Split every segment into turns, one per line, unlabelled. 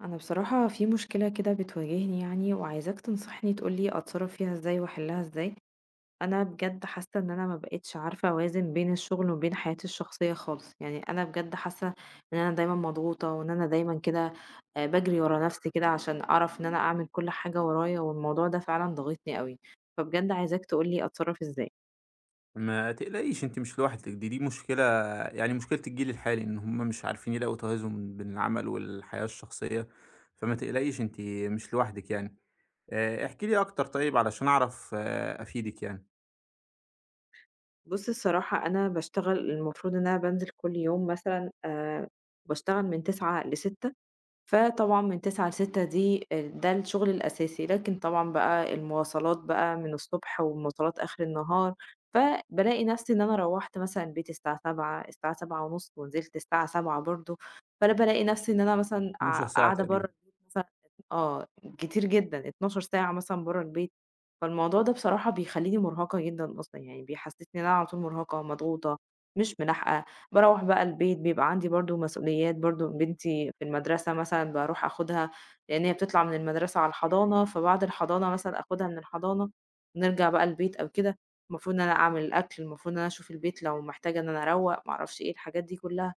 انا بصراحة في مشكلة كده بتواجهني يعني وعايزاك تنصحني تقولي اتصرف فيها ازاي واحلها ازاي. انا بجد حاسة ان انا ما بقتش عارفة اوازن بين الشغل وبين حياتي الشخصية خالص، يعني انا بجد حاسة ان انا دايما مضغوطة وان انا دايما كده، بجري ورا نفسي كده عشان اعرف ان انا اعمل كل حاجة ورايا، والموضوع ده فعلا ضغطني قوي. فبجد عايزاك تقولي اتصرف ازاي.
ما تقلقيش أنتِ مش لوحدِك، دي مشكلة. يعني مشكلة الجيل الحالي إن هم مش عارفين يلاقوا توازن بين العمل والحياة الشخصية، فما تقلقيش أنتِ مش لوحدِك يعني. احكي لي أكتر طيب علشان أعرف، أفيدِك يعني.
بص، الصراحة انا بشتغل، المفروض ان انا بنزل كل يوم مثلا بشتغل من تسعة لستة. فطبعًا من 09:00 ل18:00 دي ده الشغل الأساسي، لكن طبعًا بقى المواصلات بقى من الصبح ومواصلات آخر النهار، فبالاقي نفسي إن أنا روّحت مثلًا البيت الساعة 19:00 الساعة 19:30، ونزلت الساعة 19:00 برضه، فأنا بالاقي نفسي إن أنا مثلًا قاع
12 ساعة
قاعدة برّه
تقريبًا.
البيت مثلًا. آه، كتير جدًا 12 ساعة مثلًا برّه البيت، فالموضوع ده بصراحة بيخلّيني مرهقة جدًا أصلًا، يعني بيحسسني إن أنا على طول مرهقة، مضغوطة، مش ملاحقة. باروّح بقى البيت بيبقى عندي برضه مسؤوليات، برضه بنتي يعني في المدرسة مثلًا باروح آخُدها، لإن هي بتطلع من المدرسة على الحضانة، فبعد الحضانة مثلًا آخُدها من الحضانة نرجع بقى البيت أو كده. المفروض إن أنا أعمل الأكل، المفروض إن أنا أشوف البيت لو محتاجة إن أنا أروّق، ما أعرفش إيه الحاجات دي كلّها.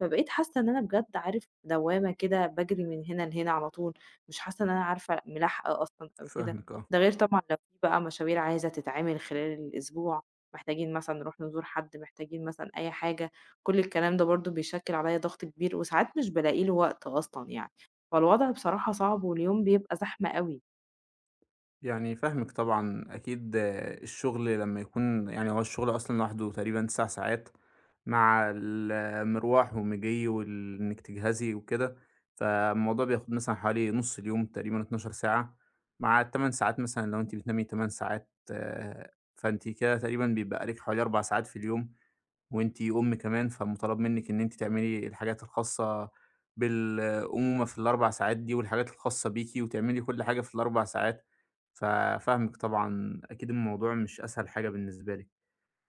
فبقيت حاسة إن أنا بجد عارف دوّامة كده باجري من هنا لهنا على طول، مش حاسة إن أنا عارفة ملاحقة أصلًا أو كده.
فاهمِك آه.
ده غير طبعًا لو في بقى مشاوير عايزة تتعمل خلال الأسبوع، محتاجين مثلًا نروح نزور حد، محتاجين مثلًا أي حاجة، كل الكلام ده برضه بيشكِّل عليَّ ضغط كبير، وساعات مش بالاقي له وقت أصلًا يعني، فالوضع بصراحة صعب واليوم بيبقى زحمة أوي.
يعني فاهمِك طبعًا، أكيد، الشغل لمّا يكون يعني هو الشغل أصلًا لوحده تقريبًا 9 ساعات، مع المروح ومجي وال إنِّك تجهزي وكده، فالموضوع بياخد مثلًا حوالي نُص اليوم تقريبًا 12 ساعة، مع ال8 ساعات مثلًا لو أنتِ بتنامي 8 ساعات، آه، فأنتِ كده تقريبًا بيبقى عليكِ حوالي 4 ساعات في اليوم، وأنتِ أم كمان، فمُطالب منِّك إن أنتِ تعملي الحاجات الخاصة بالأمومة في ال4 ساعات دي، والحاجات الخاصة بيكِ، وتعملي كل حاجة في ال4 ساعات، ففاهمِك طبعًا، أكيد الموضوع مش أسهل حاجة بالنسبة لِك.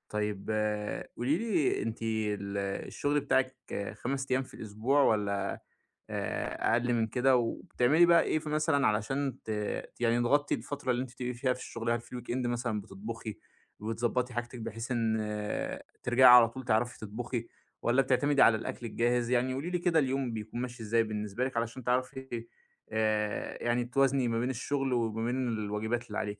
طيب قولي لي أنتِ الشغل بتاعِك 5 أيام في الأسبوع والّا أقل من كده، وبتعملي بقى إيه مثلًا علشان يعني تغطي الفترة اللي أنتِ بتبقي فيها في الشغل؟ هل في الweekend مثلًا بتطبخي وبتضبّطي حاجتِك بحيث إن ترجعي على طول تعرفي تطبخي، والّا بتعتمدي على الأكل الجاهز؟ يعني قولي لي كده اليوم بيكون ماشي إزاي بالنسبة لِك علشان تعرفي، يعني توازني ما بين الشغل وما بين الواجبات اللي عليكِ.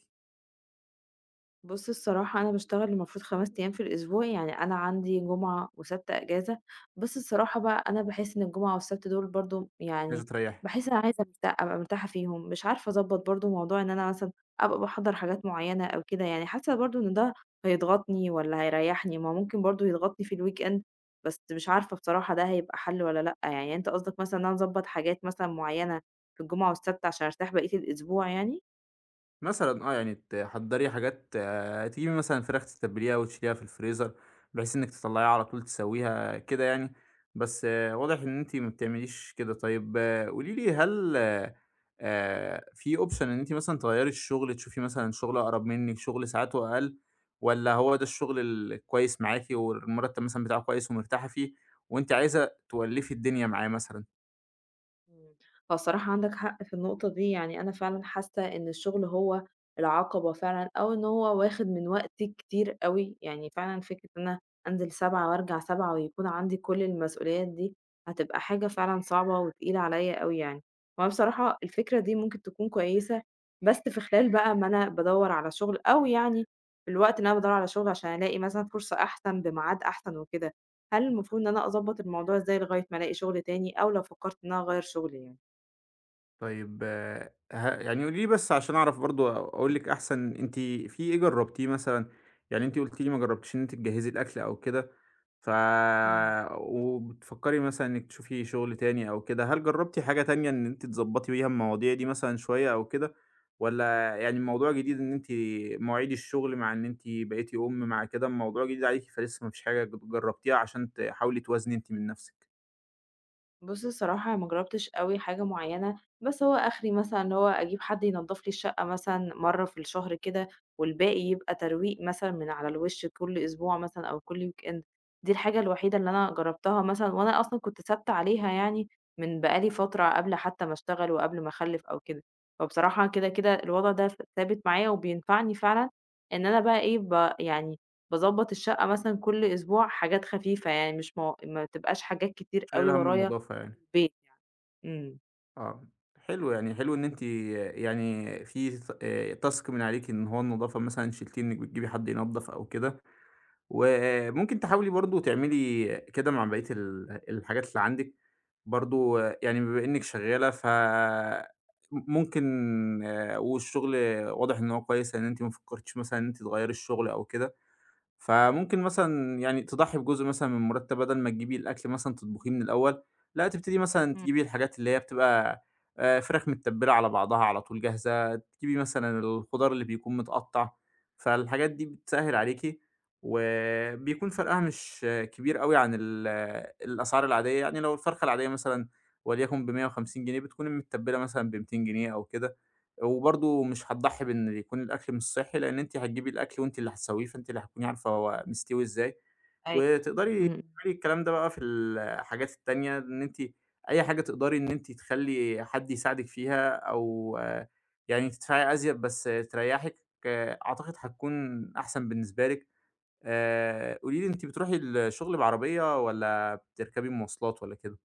بُص، الصراحة أنا باشتغل المفروض 5 أيام في الأسبوع، يعني أنا عندي جمعة وسبت إجازة، بس الصراحة بقى أنا باحس إن الجمعة والسبت دول برضه
عايزة
يعني
تريّحي؟
باحس أنا عايزة أبقى مرتاحة فيهم، مش عارفة أضبّط برضه موضوع إن أنا مثلًا أبقى باحضّر حاجات معيّنة أو كده، يعني حاسة برضه إن ده هيضغطني والّا هيريحني؟ ما هو ممكن برضه يضغطني في الweekend، بس مش عارفة بصراحة ده هيبقى حل والّا لأ، يعني أنت قصدك مثلًا إن أنا أضبّط حاجات مثلًا معيّنة في الجمعة والسبت عشان أرتاح بقية الأسبوع يعني؟
مثلًا يعني تحضّري حاجات، تجيبي مثلًا فراخ تتبّليها وتشيليها في الفريزر، بحيث إنِّك تطلّعيها على طول تسوّيها كده يعني، بس واضح إن أنتِ ما بتعمليش كده. طيب قولي لي هل في option إن أنتِ مثلًا تغيّري الشغل، تشوفي مثلًا شغل أقرب منِّك، شغل ساعاته أقل، والّا هو ده الشغل الكويس معاكِ والمرتّب مثلًا بتاعه كويس ومرتاحة فيه وأنتِ عايزة تولّفي الدنيا معاه مثلًا؟
إمم. هو الصراحة عندك حق في النقطة دي، يعني أنا فعلًا حاسة إن الشغل هو العقبة فعلًا، أو إن هو واخد من وقتي كتير أوي، يعني فعلًا فكرة إن أنا أنزل 07:00 وأرجع 07:00 ويكون عندي كل المسؤوليات دي، هتبقى حاجة فعلًا صعبة وتقيلة عليّا أوي يعني. وأنا بصراحة الفكرة دي ممكن تكون كويسة، بس في خلال بقى ما أنا بادوّر على شغل، أو يعني في الوقت اللي أنا بادوّر على شغل عشان ألاقي مثلًا فرصة أحسن بميعاد أحسن وكده، هل المفروض إن أنا أضبّط الموضوع إزاي لغاية ما ألاقي شغل تاني، أو لو فكّرت إن أنا أغيّر شغلي يعني؟
طيب ه يعني قولي لي بس عشان أعرف برضه أقول لِك أحسن أنتِ في إيه جرّبتيه مثلًا؟ يعني أنتِ قُلتِ لي ما جرّبتيش إن أنتِ تجهّزي الأكل أو كده، ف
إمم.
وبتفكّري مثلًا إنِّك تشوفي شُغل تاني أو كده، هل جرّبتِ حاجة تانية إن أنتِ تضبّطي بيها المواضيع دي مثلًا شوية أو كده، والّا يعني الموضوع جديد إن أنتِ مواعيد الشُغل مع إن أنتِ بقيتِ أُم، مع كده الموضوع جديد عليكِ فلسه ما فيش حاجة جرّبتيها عشان تحاولي توازني أنتِ من نَفْسِك؟
بُص، الصراحة ما جرّبتش أوي حاجة معيّنة، بس هو آخري مثلًا اللي هو أجيب حد ينضّف لي الشقة مثلًا مرّة في الشهر كده، والباقي يبقى ترويق مثلًا من على الوِش كل أسبوع مثلًا أو كل weekend. دي الحاجة الوحيدة اللي أنا جرّبتها مثلًا، وأنا أصلًا كنت ثابتة عليها يعني من بقى لي فترة قبل حتى ما أشتغل وقبل ما أخلّف أو كده، فبصراحة كده، الوضع ده ثابت معايا وبينفعني فعلًا إن أنا بقى إيه، يعني باضبّط الشقة مثلًا كل أسبوع حاجات خفيفة، يعني مش مو ما تبقاش حاجات كتير أوي
شايلة هَم
ورايا،
النضافة
في
يعني.
البيت يعني. إمم.
آه، حلو. يعني حلو إن أنتِ يعني في ت task من عليكِ إن هو النضافة مثلًا شِلتيه إنِّك بتجيبي حد ينضّف أو كده، وممكن تحاولي برضه تعملي كده مع بقية الحاجات اللي عندِك، برضه يعني بما إنِّك شغّالة ف م ممكن، آه، والشغل واضح إن هو كويس لإن أنتِ ما فكّرتيش مثلًا إن أنتِ تغيّري الشغل أو كده. فممكن مثلًا يعني تضحّي بجزء مثلًا من المرتب بدل ما تجيبي الأكل مثلًا تطبخيه من الأول، لأ تبتدي مثلًا
إمم.
تجيبي الحاجات اللي هي بتبقى فراخ متبّلة على بعضها على طول جاهزة، تجيبي مثلًا الخضار اللي بيكون متقطّع، فالحاجات دي بتسهّل عليكِ، وبيكون فرقها مش كبير أوي عن الأسعار العادية، يعني لو الفرخة العادية مثلًا وليكن ب150 جنيه بتكون المتبّلة مثلًا ب200 جنيه أو كده. وبرضه مش هتضحي بإن يكون الأكل مش صحّي، لإن أنتِ هتجيبي الأكل وأنتِ اللي هتسويه، فأنتِ اللي هتكوني عارفة هو مستوي إزاي،
أيوه.
وتقدري
إمم. إمم.
تعملي الكلام ده بقى في الحاجات التانية، إن أنتِ أي حاجة تقدري إن أنتِ تخلّي حد يساعدِك فيها أو، يعني تدفعي أزيد بس تريّحِك، آه، أعتقد هتكون أحسن بالنسبة لِك. قولي لي أنتِ بتروحي الشغل بعربية والّا بتركبي مواصلات والّا كده؟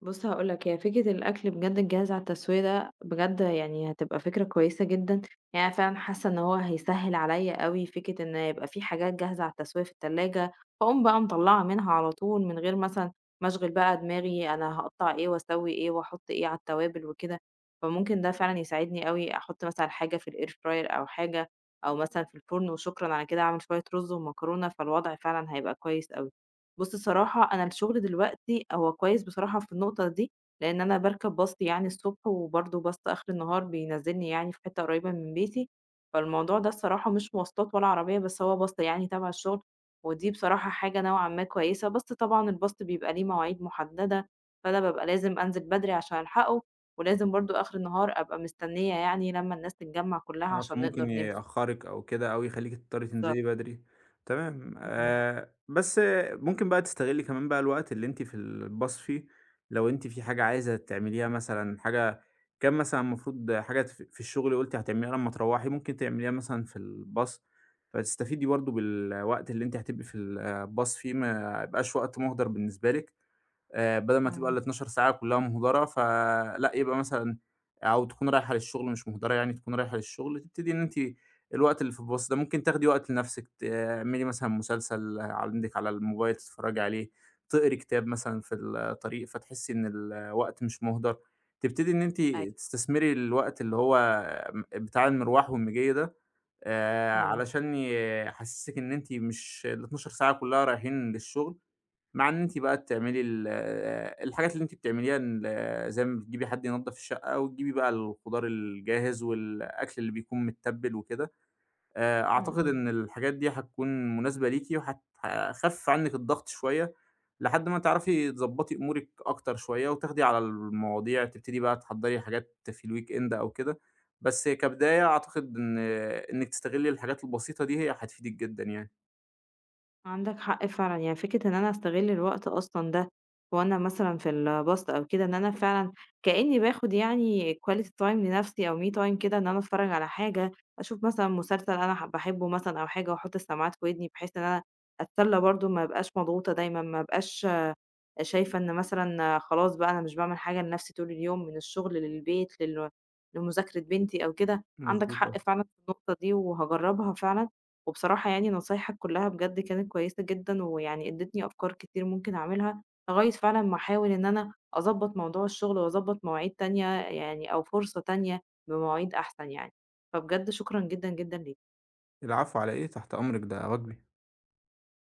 بُص، هاقول لك، هي فكرة الأكل بجد الجاهز على التسوية ده بجد يعني هتبقى فكرة كويسة جدًا، يعني أنا فعلًا حاسة إن هو هيسهِّل عليّا أوي فكرة إن يبقى في حاجات جاهزة على التسوية في التلاجة، فاقوم بقى مطلّعة منها على طول من غير مثلًا ما أشغِل بقى دماغي أنا هاقطّع إيه وأسوّي إيه وأحُط إيه على التوابل وكده، فممكن ده فعلًا يساعدني أوي أحُط مثلًا حاجة في الair fryer، أو حاجة، أو مثلًا في الفرن وشكرًا على كده أعمل شوية رُز ومكرونة، فالوضع فعلًا هيبقى كويس أوي. بُص، الصراحة أنا الشغل دلوقتي هو كويس بصراحة في النقطة دي، لإن أنا باركب باص يعني الصبح وبرضه باص آخر النهار بينزّلني يعني في حتّة قريّبة من بيتي، فالموضوع ده الصراحة مش مواصلات ولا عربية، بس هو باص يعني تبع الشغل، ودي بصراحة حاجة نوعًا ما كويسة، بس طبعًا الباص بيبقى ليه مواعيد محددة، فأنا بابقى لازم أنزل بدري عشان ألحقه، ولازم برضه آخر النهار أبقى مستنية يعني لمّا الناس تتجمّع كلّها
آه،
عشان نقدر
فممكن
نمشي.
يأخّرِك أو كده أو يخلّيكِ تضطرّي
بالضبط،
تنزلي بدري، تمام.
إمم،
بس ممكن بقى تستغلّي كمان بقى الوقت اللي أنتِ في الباص فيه، لو أنتِ في حاجة عايزة تعمليها مثلًا حاجة كان مثلًا المفروض حاجة في الشغل قُلتِ هتعمليها لمّا تروّحي، ممكن تعمليها مثلًا في الباص، فتستفيدي برضه بالوقت اللي أنتِ هتبقي في الباص فيه، ما يبقاش وقت مُهدَر بالنسبة لِك. بدل ما تبقى
إمم،
ال12 ساعة كلّها مهدرة، فلأ يبقى مثلًا أو تكون رايحة للشغل مش مهدرة، يعني تكون رايحة للشغل، تبتدي إن أنتِ الوقت اللي في الباص ده ممكن تاخدي وقت لنفسِك، تعملي مثلًا مسلسل عندِك على الموبايل تتفرّجي عليه، تقري كتاب مثلًا في الطريق، فتحسّي إن الوقت مش مهدر. تبتدي إن أنتِ
أيوه،
تستثمري الوقت اللي هو بتاع المروح والمجي ده،
إمم،
علشان يحسّسِك إن أنتِ مش ال12 ساعة كلّها رايحين للشغل، مع إن أنتِ بقى بتعملي الحاجات اللي أنتِ بتعمليها زي ما بتجيبي حد ينضف الشقة وتجيبي بقى الخضار الجاهز والأكل اللي بيكون متبّل وكده،
إمم،
أعتقد
إمم.
إن الحاجات دي هتكون مناسبة ليكِ وهت هتخفف عنِّك الضغط شوية، لحد ما تعرفي تضبّطي أمورِك أكتر شوية وتاخدي على المواضيع، تبتدي بقى تحضّري حاجات في الweekend أو كده، بس كبداية أعتقد إن إنِّك تستغلّي الحاجات البسيطة دي هي هتفيدِك جدًا يعني.
عندك حق فعلًا، يعني فكرة إن أنا أستغل الوقت أصلًا ده وأنا مثلًا في الbus أو كده، إن أنا فعلًا كإني باخد يعني quality time لنفسي أو me time كده، إن أنا أتفرّج على حاجة، أشوف مثلًا مسلسل أنا باحبه مثلًا أو حاجة وأحط السماعات في ودني، بحيث إن أنا أتسلى برضه، ما أبقاش مضغوطة دايمًا، ما أبقاش شايفة إن مثلًا خلاص بقى أنا مش باعمل حاجة لنفسي طول اليوم، من الشغل للبيت لمذاكرة بنتي أو كده. عندك
مضبوط آه.
حق فعلًا في النقطة دي وهاجرّبها فعلًا، وبصراحة يعني نصايحك كلها بجد كانت كويسة جدًا، ويعني ادّتني أفكار كتير ممكن أعملها لغاية فعلًا ما أحاول إن أنا أضبّط موضوع الشغل وأضبّط مواعيد تانية يعني أو فرصة تانية بمواعيد أحسن يعني، فبجد شكرًا جدًا، جدًا ليك.
العفو على إيه، تحت أمرِك، ده واجبي.